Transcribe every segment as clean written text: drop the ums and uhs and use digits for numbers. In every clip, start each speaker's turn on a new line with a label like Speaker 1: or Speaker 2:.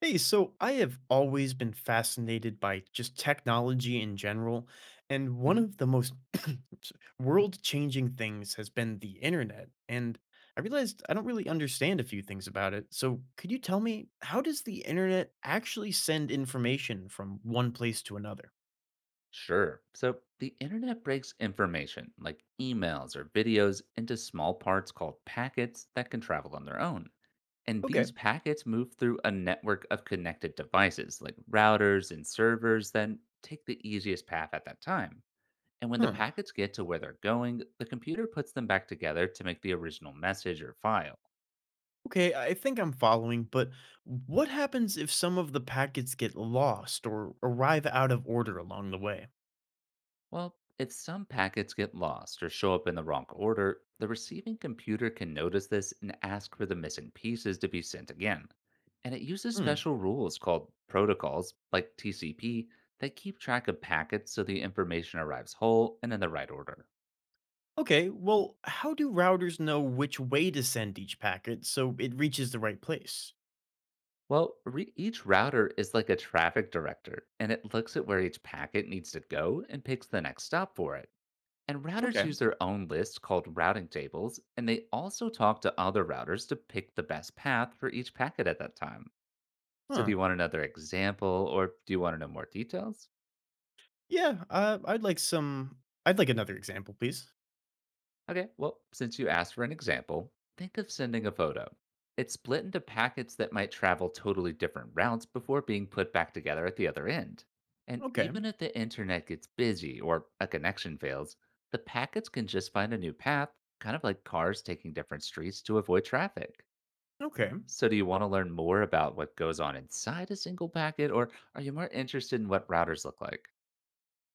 Speaker 1: Hey, so I have always been fascinated by just technology in general, and one
Speaker 2: Mhm.
Speaker 1: of the most world-changing things has been the internet. And I realized I don't really understand a few things about it. So could you tell me, how does the internet actually send information from one place to another?
Speaker 2: Sure. So the internet breaks information like emails or videos into small parts called packets that can travel on their own. And
Speaker 1: Okay.
Speaker 2: these packets move through a network of connected devices like routers and servers that take the easiest path at that time. And when the
Speaker 1: Huh.
Speaker 2: packets get to where they're going, the computer puts them back together to make the original message or file.
Speaker 1: Okay, I think I'm following, but what happens if some of the packets get lost or arrive out of order along the way?
Speaker 2: Well, if some packets get lost or show up in the wrong order, the receiving computer can notice this and ask for the missing pieces to be sent again. And it uses special rules called protocols, like TCP, that keep track of packets so the information arrives whole and in the right order.
Speaker 1: Okay, well, how do routers know which way to send each packet so it reaches the right place?
Speaker 2: Well, each router is like a traffic director, and it looks at where each packet needs to go and picks the next stop for it. And routers
Speaker 1: Okay.
Speaker 2: use their own list called routing tables, and they also talk to other routers to pick the best path for each packet at that time. So, do
Speaker 1: Huh.
Speaker 2: you want another example or do you want to know more details?
Speaker 1: Yeah, I'd like some. I'd like another example, please.
Speaker 2: Okay, well, since you asked for an example, think of sending a photo. It's split into packets that might travel totally different routes before being put back together at the other end. And
Speaker 1: Okay.
Speaker 2: even if the internet gets busy or a connection fails, the packets can just find a new path, kind of like cars taking different streets to avoid traffic.
Speaker 1: Okay.
Speaker 2: So, do you want to learn more about what goes on inside a single packet, or are you more interested in what routers look like?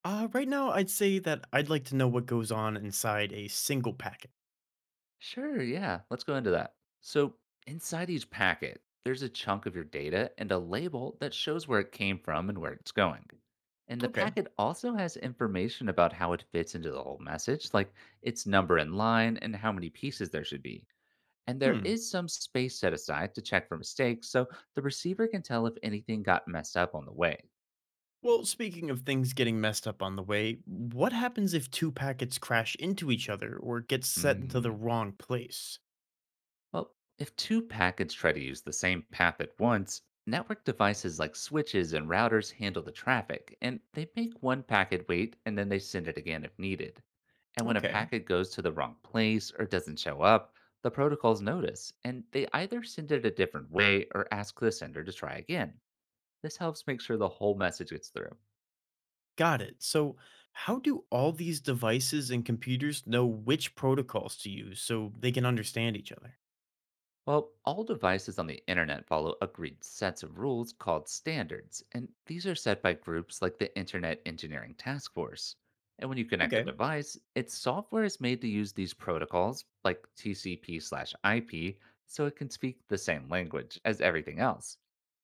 Speaker 1: Right now, I'd say that I'd like to know what goes on inside a single packet.
Speaker 2: Sure, yeah, let's go into that. So, inside each packet, there's a chunk of your data and a label that shows where it came from and where it's going. And the
Speaker 1: Okay.
Speaker 2: packet also has information about how it fits into the whole message, like its number in line and how many pieces there should be. And there
Speaker 1: Hmm.
Speaker 2: is some space set aside to check for mistakes, so the receiver can tell if anything got messed up on the way.
Speaker 1: Well, speaking of things getting messed up on the way, what happens if two packets crash into each other or get set into the
Speaker 2: Mm.
Speaker 1: wrong place?
Speaker 2: Well, if two packets try to use the same path at once, network devices like switches and routers handle the traffic, and they make one packet wait and then they send it again if needed. And when a
Speaker 1: Okay.
Speaker 2: packet goes to the wrong place or doesn't show up, the protocols notice and they either send it a different way or ask the sender to try again. This helps make sure the whole message gets through.
Speaker 1: Got it. So, how do all these devices and computers know which protocols to use so they can understand each other?
Speaker 2: Well, all devices on the internet follow agreed sets of rules called standards, and these are set by groups like the Internet Engineering Task Force. And when you connect a
Speaker 1: Okay.
Speaker 2: device, its software is made to use these protocols, like TCP/IP, so it can speak the same language as everything else.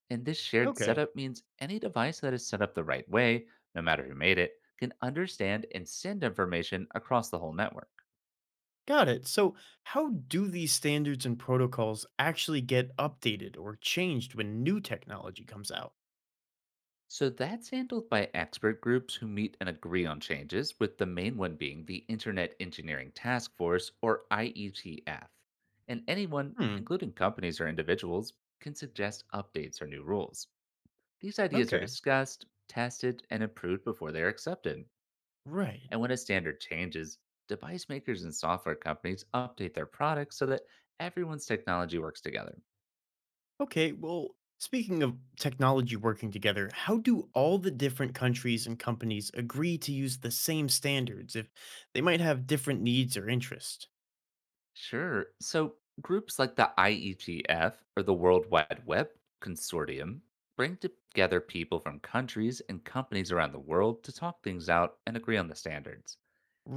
Speaker 2: And this shared
Speaker 1: Okay.
Speaker 2: setup means any device that is set up the right way, no matter who made it, can understand and send information across the whole network.
Speaker 1: Got it. So, how do these standards and protocols actually get updated or changed when new technology comes out?
Speaker 2: So that's handled by expert groups who meet and agree on changes, with the main one being the Internet Engineering Task Force, or IETF. And anyone,
Speaker 1: Hmm.
Speaker 2: including companies or individuals, can suggest updates or new rules. These ideas are
Speaker 1: Okay.
Speaker 2: discussed, tested, and approved before they are accepted.
Speaker 1: Right.
Speaker 2: And when a standard changes, device makers and software companies update their products so that everyone's technology works together.
Speaker 1: Okay. Well, speaking of technology working together, how do all the different countries and companies agree to use the same standards if they might have different needs or interests?
Speaker 2: Sure. So groups like the IEGF or the World Wide Web Consortium bring together people from countries and companies around the world to talk things out and agree on the standards.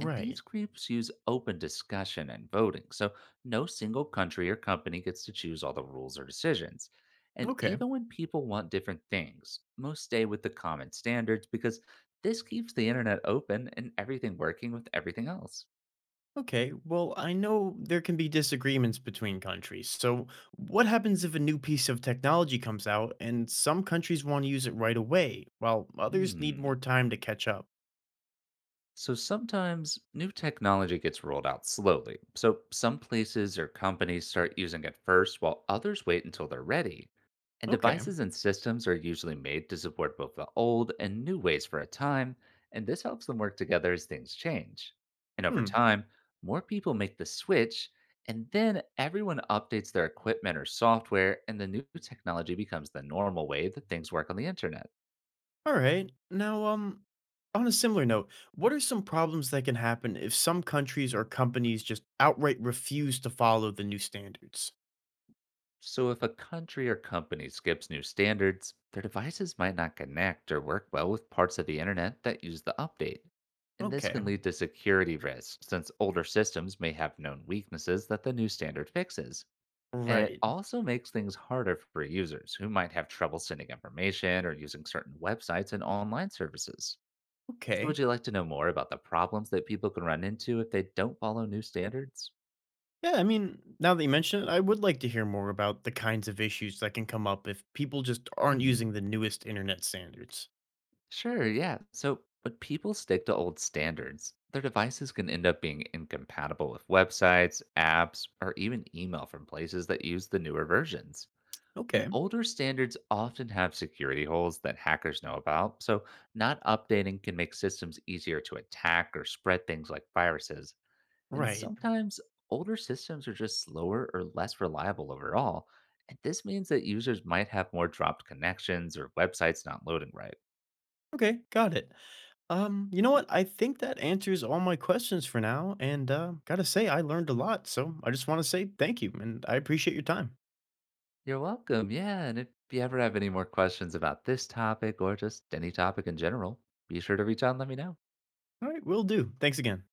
Speaker 2: And these groups use open discussion and voting, so no single country or company gets to choose all the rules or decisions. And
Speaker 1: Okay.
Speaker 2: even when people want different things, most stay with the common standards because this keeps the internet open and everything working with everything else.
Speaker 1: Okay, well, I know there can be disagreements between countries. So, what happens if a new piece of technology comes out and some countries want to use it right away, while others need more
Speaker 2: Hmm.
Speaker 1: time to catch up?
Speaker 2: So sometimes new technology gets rolled out slowly. So some places or companies start using it first while others wait until they're ready. And
Speaker 1: Okay.
Speaker 2: devices and systems are usually made to support both the old and new ways for a time, and this helps them work together as things change. And over
Speaker 1: Hmm.
Speaker 2: time, more people make the switch, and then everyone updates their equipment or software, and the new technology becomes the normal way that things work on the internet.
Speaker 1: All right. Now, on a similar note, what are some problems that can happen if some countries or companies just outright refuse to follow the new standards?
Speaker 2: So, if a country or company skips new standards, their devices might not connect or work well with parts of the internet that use the update. And this
Speaker 1: Okay,
Speaker 2: can lead to security risks, since older systems may have known weaknesses that the new standard fixes. And it
Speaker 1: right.
Speaker 2: also makes things harder for users who might have trouble sending information or using certain websites and online services. So, would
Speaker 1: Okay.
Speaker 2: you like to know more about the problems that people can run into if they don't follow new standards?
Speaker 1: Yeah, I mean, now that you mention it, I would like to hear more about the kinds of issues that can come up if people just aren't
Speaker 2: Hmm.
Speaker 1: using the newest internet standards.
Speaker 2: Sure, yeah. So, but people stick to old standards. Their devices can end up being incompatible with websites, apps, or even email from places that use the newer versions. And
Speaker 1: Okay.
Speaker 2: older standards often have security holes that hackers know about, so not updating can make systems easier to attack or spread things like viruses. And
Speaker 1: Right.
Speaker 2: sometimes older systems are just slower or less reliable overall. And this means that users might have more dropped connections or websites not loading right.
Speaker 1: Okay, got it. You know what? I think that answers all my questions for now, and gotta say, I learned a lot. So I just want to say thank you, and I appreciate your time.
Speaker 2: You're welcome. Yeah. And if you ever have any more questions about this topic or just any topic in general, be sure to reach out and let me know.
Speaker 1: All right, will do. Thanks again.